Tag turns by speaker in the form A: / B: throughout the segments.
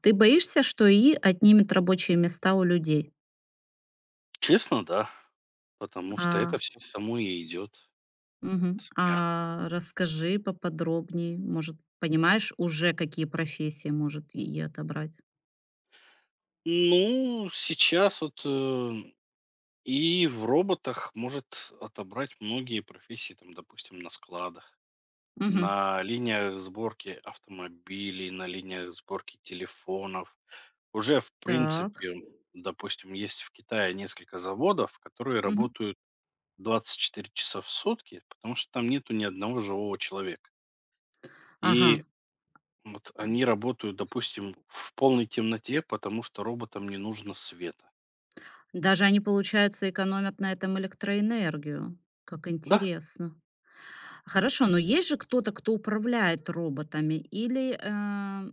A: Ты боишься, что и отнимет рабочие места у людей?
B: Честно, да. Потому что это
A: А,
B: все само и идет.
A: мгм.
B: Вот, мягко.
A: А расскажи поподробнее. Может, понимаешь уже, какие профессии может и отобрать?
B: Ну, сейчас вот, и в роботах может отобрать многие профессии, там, допустим, на складах,
A: Мгм.
B: на линиях сборки автомобилей, на линиях сборки телефонов. Уже, в
A: Так.
B: принципе, допустим, есть в Китае несколько заводов, которые
A: Мгм.
B: работают 24 часа в сутки, потому что там нету ни одного живого человека.
A: Ага.
B: И вот они работают, допустим, в полной темноте, потому что роботам не нужно света.
A: Даже они, получается, экономят на этом электроэнергию. Как
B: Да?
A: интересно. Хорошо, но есть же кто-то, кто управляет роботами, или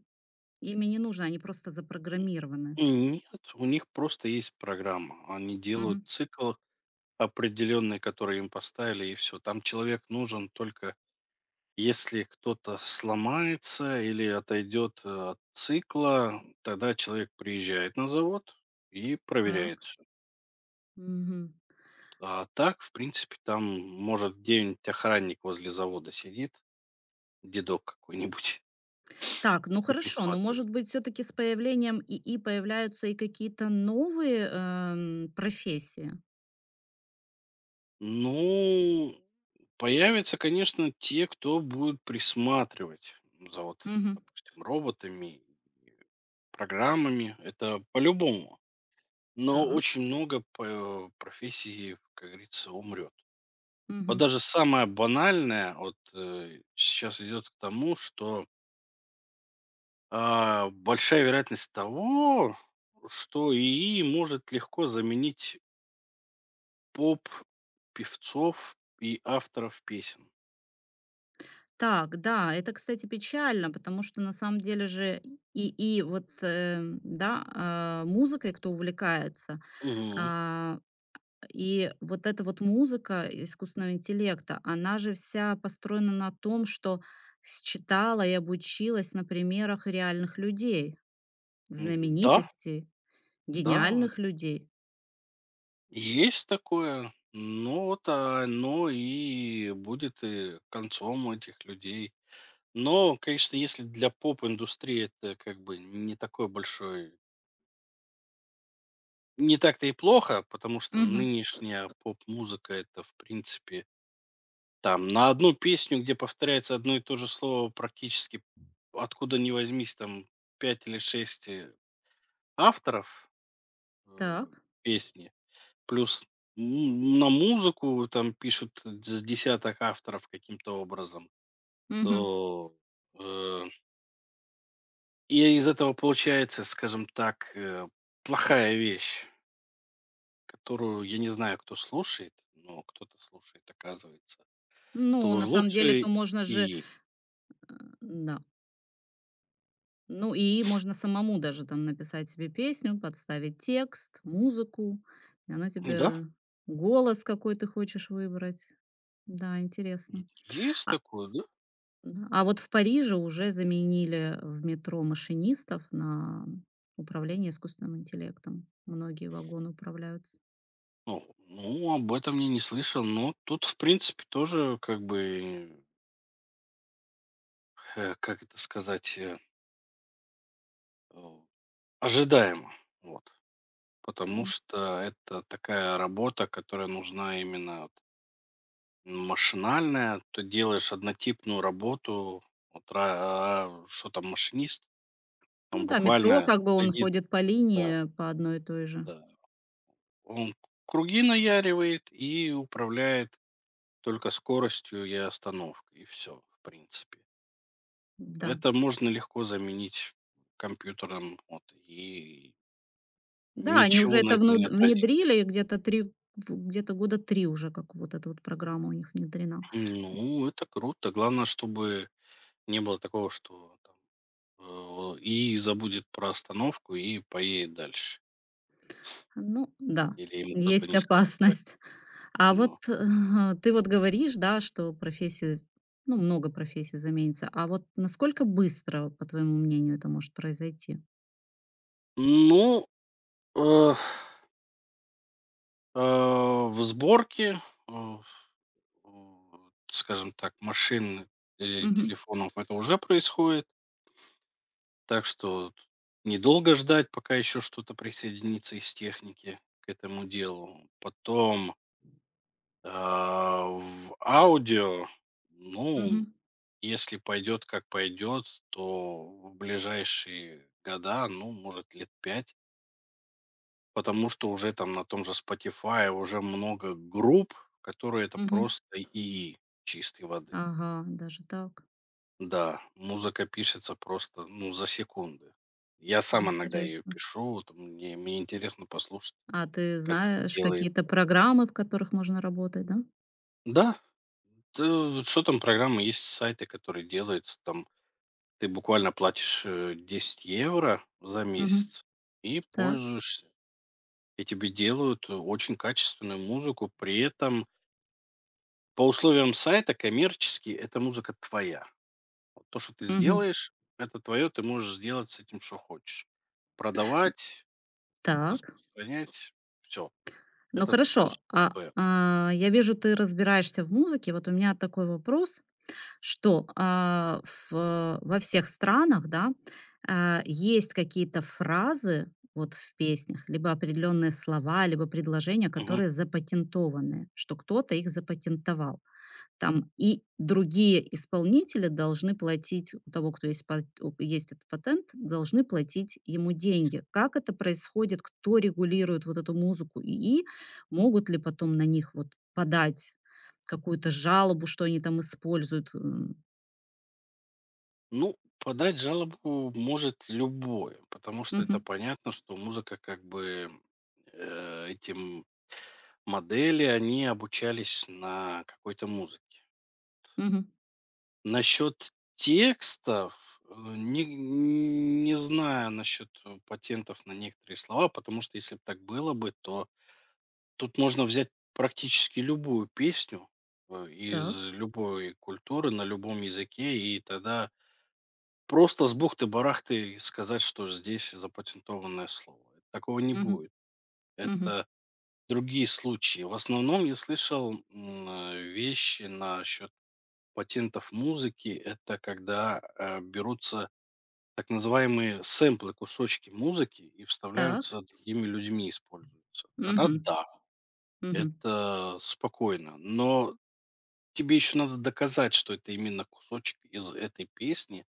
A: ими не нужно, они просто запрограммированы?
B: Нет, у них просто есть программа. Они делают
A: Мгм.
B: цикл определенный, который им поставили, и все. Там человек нужен, только если кто-то сломается или отойдет от цикла, тогда человек приезжает на завод и
A: Так.
B: проверяет всё.
A: Мгм.
B: А так, в принципе, там может где-нибудь охранник возле завода сидит, дедок какой-нибудь,
A: Так, ну
B: и
A: хорошо, но,
B: присматривает.
A: может быть, все таки с появлением ИИ появляются и какие-то новые, профессии?
B: Ну, появятся, конечно, те, кто будет присматривать за вот,
A: Мгм.
B: допустим, роботами, и программами. Это по-любому. Но
A: Так.
B: очень много профессий, как говорится, умрет. Вот
A: Мгм.
B: даже самое банальное вот сейчас идет к тому, что большая вероятность того, что ИИ может легко заменить поп, певцов и авторов песен.
A: Так, да, это, кстати, печально, потому что на самом деле же и вот, да, музыкой кто увлекается, а, и вот эта вот музыка искусственного интеллекта, она же вся построена на том, что считала и обучилась на примерах реальных людей,
B: Да,
A: знаменитостей.
B: да,
A: Гениальных людей.
B: есть такое. Но вот оно и будет и концом этих людей. Но, конечно, если для поп-индустрии это как бы не такой большой, не так-то и плохо, потому что
A: Мгм.
B: нынешняя поп-музыка — это, в принципе, там на одну песню, где повторяется одно и то же слово практически откуда ни возьмись, там 5 или 6 авторов э,
A: Так.
B: песни. Плюс на музыку там пишут с десяток авторов каким-то образом,
A: Мгм.
B: то, э, и из этого получается, скажем так, плохая вещь, которую я не знаю кто слушает, но кто-то слушает, оказывается. То
A: Ну,
B: уж
A: на самом деле, то
B: лучше
A: можно же,
B: и
A: э, да. Ну, и можно самому даже там написать себе песню, подставить текст, музыку, и она
B: да,
A: тебе голос, какой ты хочешь выбрать. Да,
B: е
A: интересно.
B: есть
A: А,
B: такое, да?
A: да, а вот в Париже уже заменили в метро машинистов на управление искусственным интеллектом. Многие вагоны управляются.
B: Ну ну, об этом я не слышал, но тут, в принципе, тоже как бы, как это сказать, э, ожидаемо. Вот. Потому
A: М.
B: что это такая работа, которая нужна именно вот машинальная. Ты делаешь однотипную работу, вот, что там машинист,
A: Ну
B: он
A: да, метро,
B: буквально
A: как бы он
B: следит,
A: ходит по
B: да,
A: линии, по одной и той же.
B: да. Он круги наяривает и управляет только скоростью и остановкой, и все, в принципе.
A: Да.
B: Это можно легко заменить компьютером, вот, и
A: Да, они уже
B: ничего на
A: это
B: этом не
A: внуд
B: отразится.
A: внедрили и где-то 3, в где-то года 3 уже, как вот эта вот программа у них внедрена.
B: Ну, это круто. Главное, чтобы не было такого, что там, и забудет про остановку и поедет дальше.
A: Ну да,
B: Или ему кто-то
A: есть
B: не скажет про это.
A: опасность. А вот,
B: Но.
A: ты вот говоришь, да, что профессии, ну, много профессий заменится. А вот насколько быстро, по твоему мнению, это может произойти?
B: Ну, э, в сборке, э, в, у, скажем так, машин или
A: Мгм.
B: телефонов это уже происходит. Так что недолго ждать, пока еще что-то присоединится из техники к этому делу. Потом в аудио, ну,
A: Мгм.
B: если пойдет как пойдет, то в ближайшие года, ну, может, лет 5, потому что уже там на том же Spotify уже много групп, которые это
A: Мгм.
B: просто и чистой воды.
A: Ага, даже так.
B: Да, музыка пишется просто, ну, за секунды. Я сам иногда ее
A: Интересно.
B: пишу, вот мне интересно послушать,
A: А ты
B: как это
A: знаешь
B: делается.
A: какие-то программы, в которых можно работать, да?
B: Да, что там программы, есть сайты, которые делаются там. Ты буквально платишь, 10 евро за
A: Мгм.
B: месяц и
A: Так.
B: пользуешься. И тебе делают, очень качественную музыку. При этом по условиям сайта коммерчески эта музыка твоя. Вот то, что ты
A: Мгм.
B: сделаешь, это твое, ты можешь сделать с этим, что хочешь. Продавать,
A: Так.
B: распространять, все.
A: Ну
B: Это
A: хорошо,
B: полностью твое.
A: я вижу, ты разбираешься в музыке. Вот у меня такой вопрос, что во всех странах, да, есть какие-то фразы вот в песнях, либо определенные слова, либо предложения,
B: Мгм.
A: которые запатентованы, что кто-то их запатентовал. Там и другие исполнители должны платить, у того, кто есть этот патент, должны платить ему деньги. Как это происходит? Кто регулирует вот эту музыку? И могут ли потом на них вот подать какую-то жалобу, что они там используют? М.
B: Ну, подать жалобу может любой, потому что это
A: Мгм,
B: понятно, что музыка как бы, э, этим модели, они обучались на какой-то музыке.
A: мгм.
B: Насчет текстов, не знаю насчет патентов на некоторые слова, потому что если бы так было бы, то тут можно взять практически любую песню
A: Так.
B: из любой культуры на любом языке, и тогда просто с бухты-барахты сказать, что здесь запатентованное слово. Такого не
A: Мгм,
B: будет.
A: мгм.
B: Это другие случаи. В основном я слышал вещи насчет патентов музыки. Это когда берутся так называемые сэмплы, кусочки музыки и
A: Так.
B: вставляются другими людьми, используются. Тогда
A: Мгм,
B: да,
A: мгм,
B: это спокойно. Но тебе еще надо доказать, что это именно кусочек из этой песни,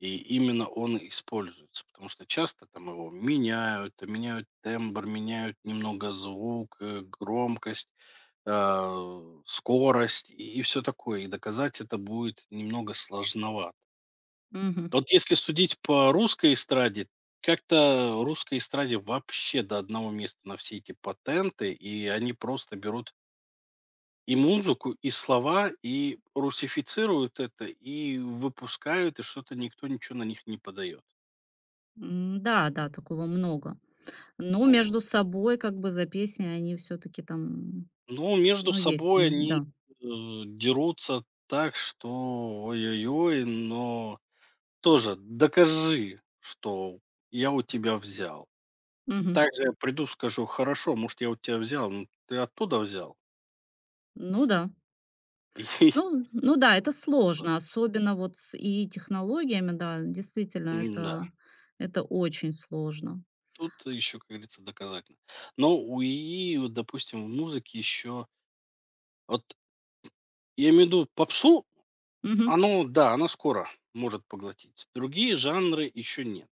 B: и именно он используется, потому что часто там его меняют, меняют тембр, меняют немного звук, громкость, скорость и все такое. И доказать это будет немного сложновато.
A: мгм.
B: Вот если судить по русской эстраде, как-то русской эстраде вообще до одного места на все эти патенты, и они просто берут и музыку, и слова, и русифицируют это, и выпускают, и что-то никто ничего на них не подает.
A: М, да, да, такого много. Но
B: Вот.
A: между собой как бы за песни они все таки там,
B: Ну, между
A: ну, есть у
B: собой
A: них,
B: они
A: да.
B: дерутся так, что ой-ой-ой, но тоже докажи, что я у тебя взял.
A: Мгм.
B: Также я приду, скажу: "Хорошо, может, я у тебя взял, но ты оттуда взял".
A: Ну да.
B: И
A: Ну да, это
B: вот,
A: сложно, особенно вот с и технологиями, да, действительно,
B: м-да,
A: это очень сложно.
B: тут еще, как говорится, доказательно. Но у ИИ, вот, допустим, в музыке еще, вот, я имею в виду попсу,
A: Мгм.
B: оно, да, оно скоро может поглотить. Другие жанры еще нет.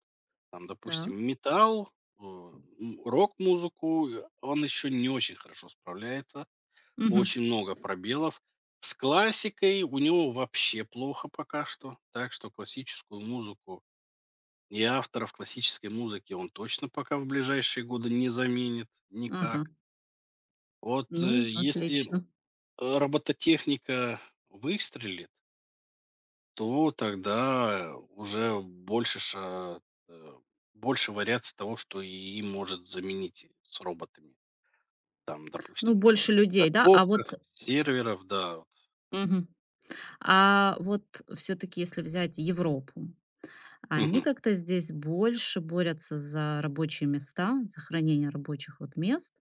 B: Там,
A: Так.
B: допустим, металл, рок-музыку, он еще не очень хорошо справляется.
A: Мгм.
B: Очень много пробелов. С классикой у него вообще плохо пока что. Так что классическую музыку и авторов классической музыки он точно пока в ближайшие годы не заменит
A: Ага.
B: никак. Вот
A: Ну,
B: э, если
A: отлично.
B: э, робототехника выстрелит, то тогда уже больше э, больше вариаций того, что ИИ может заменить с роботами. Там,
A: Ну,
B: допустим, в
A: больше людей, да? А вот
B: заготовках, серверов, да. Вот.
A: мгм. А вот все таки если взять Европу, они
B: Мгм.
A: как-то здесь больше борются за рабочие места, за хранение рабочих вот мест.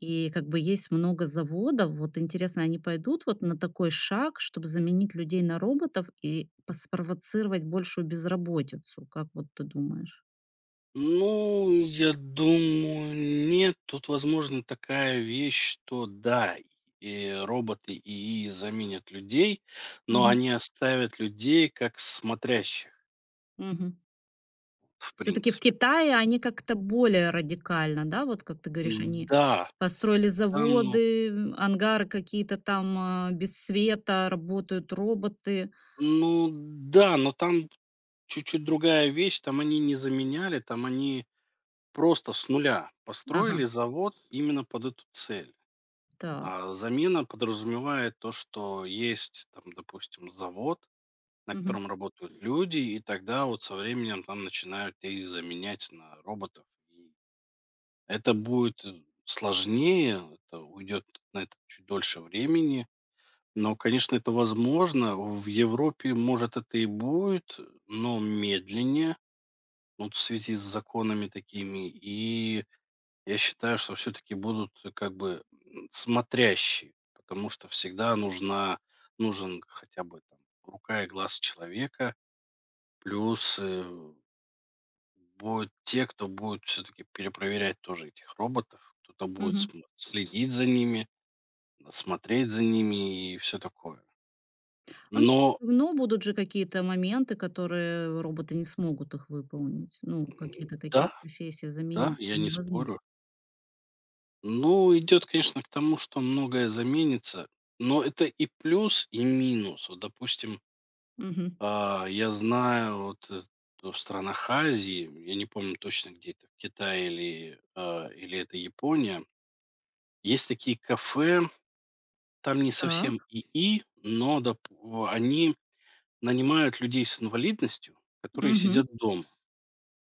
A: И как бы есть много заводов. Вот интересно, они пойдут вот на такой шаг, чтобы заменить людей на роботов и по- спровоцировать большую безработицу? Как вот ты думаешь?
B: Ну, я думаю, нет. Тут, возможно, такая вещь, что да, и роботы ИИ заменят людей, но они оставят людей как смотрящих, в
A: Все-таки в
B: принципе.
A: Китае они как-то более радикально, да, вот как ты говоришь, они
B: Да,
A: построили
B: там, ну,
A: заводы, м, ангары какие-то там без света, работают роботы.
B: ну да, но там чуть-чуть другая вещь. Там они не заменяли, там они просто с нуля построили
A: Ага,
B: завод именно под эту цель.
A: так.
B: А замена подразумевает то, что есть там, допустим, завод, на
A: Мгм,
B: котором работают люди, и тогда вот со временем там начинают их заменять на роботов. И это будет сложнее, это уйдет на это чуть дольше времени. Но, конечно, это возможно. В Европе, может, это и будет, но медленнее, вот, в связи с законами такими. И я считаю, что все-таки будут как бы смотрящие, потому что всегда нужен хотя бы там рука и глаз человека, плюс будут те, кто будет все-таки перепроверять тоже этих роботов, кто-то будет
A: мгм.
B: следить за ними, смотреть за ними и все такое.
A: А, ну,
B: Но
A: всё будут же какие-то моменты, которые роботы не смогут их выполнить. Ну, какие-то такие
B: да,
A: профессии
B: да,
A: заменить
B: я не
A: невозможно.
B: спорю. Ну, идет, конечно, к тому, что многое заменится, но это и плюс, и минус. Вот, допустим,
A: Мгм.
B: я знаю, вот то в странах Азии, я не помню точно где это, в Китае или, или это Япония, есть такие кафе, там не
A: Так.
B: совсем но они нанимают людей с инвалидностью, которые
A: Мгм.
B: сидят дома,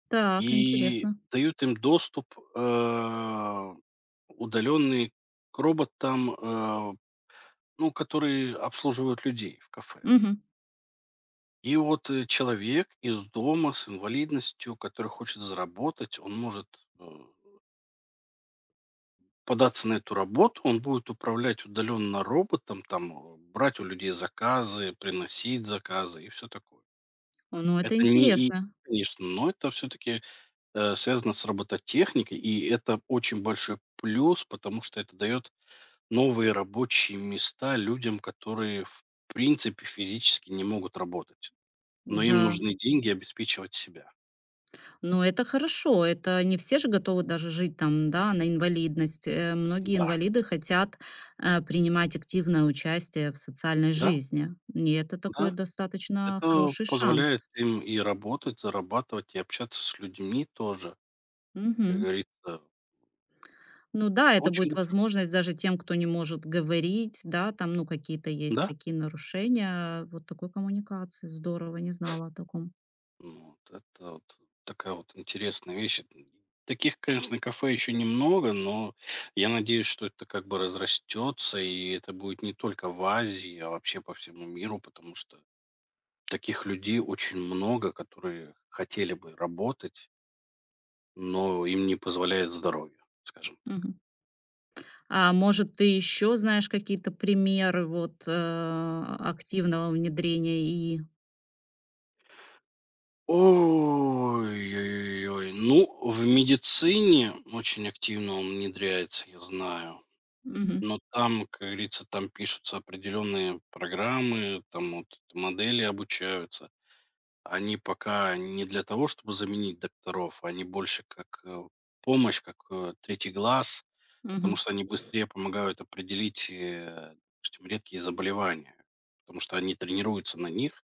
A: Так,
B: и
A: интересно.
B: дают им доступ э, удаленный к роботам, ну, которые обслуживают людей в кафе.
A: Мгм.
B: И вот человек из дома с инвалидностью, который хочет заработать, он может э, податься на эту работу, он будет управлять удаленно роботом, там, брать у людей заказы, приносить заказы и все такое.
A: О, ну это
B: Это не и,
A: интересно.
B: конечно, но это все-таки связано с робототехникой, и это очень большой плюс, потому что это дает новые рабочие места людям, которые в принципе физически не могут работать. Но им
A: Да.
B: нужны деньги обеспечивать себя.
A: Но это хорошо. Это не все же готовы даже жить там, да, на инвалидность. Многие
B: Да,
A: инвалиды хотят, принимать активное участие в социальной
B: да,
A: жизни. И это такой
B: да.
A: достаточно
B: Это
A: хороший шанс.
B: позволяет им и работать, зарабатывать, и общаться с людьми тоже. Как
A: Мгм.
B: говорится, это
A: Ну да, это
B: очень
A: будет
B: большой,
A: возможность даже тем, кто не может говорить, да, там, ну, какие-то есть
B: да,
A: такие нарушения, вот такой коммуникации. Здорово, не знала о таком.
B: ну, вот это вот такая вот интересная вещь. Таких, конечно, кафе еще немного, но я надеюсь, что это как бы разрастется, и это будет не только в Азии, а вообще по всему миру, потому что таких людей очень много, которые хотели бы работать. Но им не позволяет здоровье, скажем так.
A: Мгм. А может, ты еще знаешь какие-то примеры вот активного внедрения ИИ?
B: Ой-ой-ой. Ну, в медицине очень активно он внедряется, я знаю.
A: Мгм.
B: Но там, как говорится, там пишутся определенные программы, там вот модели обучаются. Они пока не для того, чтобы заменить докторов, они больше как помощь, как третий глаз, потому
A: Мгм.
B: что они быстрее помогают определить, допустим, редкие заболевания, потому что они тренируются на них.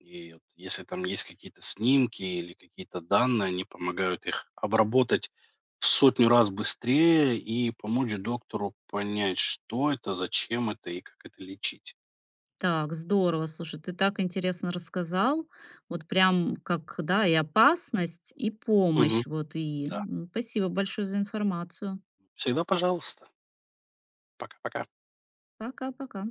B: И вот если там есть какие-то снимки или какие-то данные, они помогают их обработать в 100 раз быстрее и помочь доктору понять, что это, зачем это и как это лечить.
A: Так, здорово, слушай, ты так интересно рассказал, вот прям как, да, и опасность, и
B: Мгм.
A: помощь, вот, и
B: Да.
A: м, спасибо большое за информацию.
B: Всегда пожалуйста. Пока-пока.
A: Пока-пока.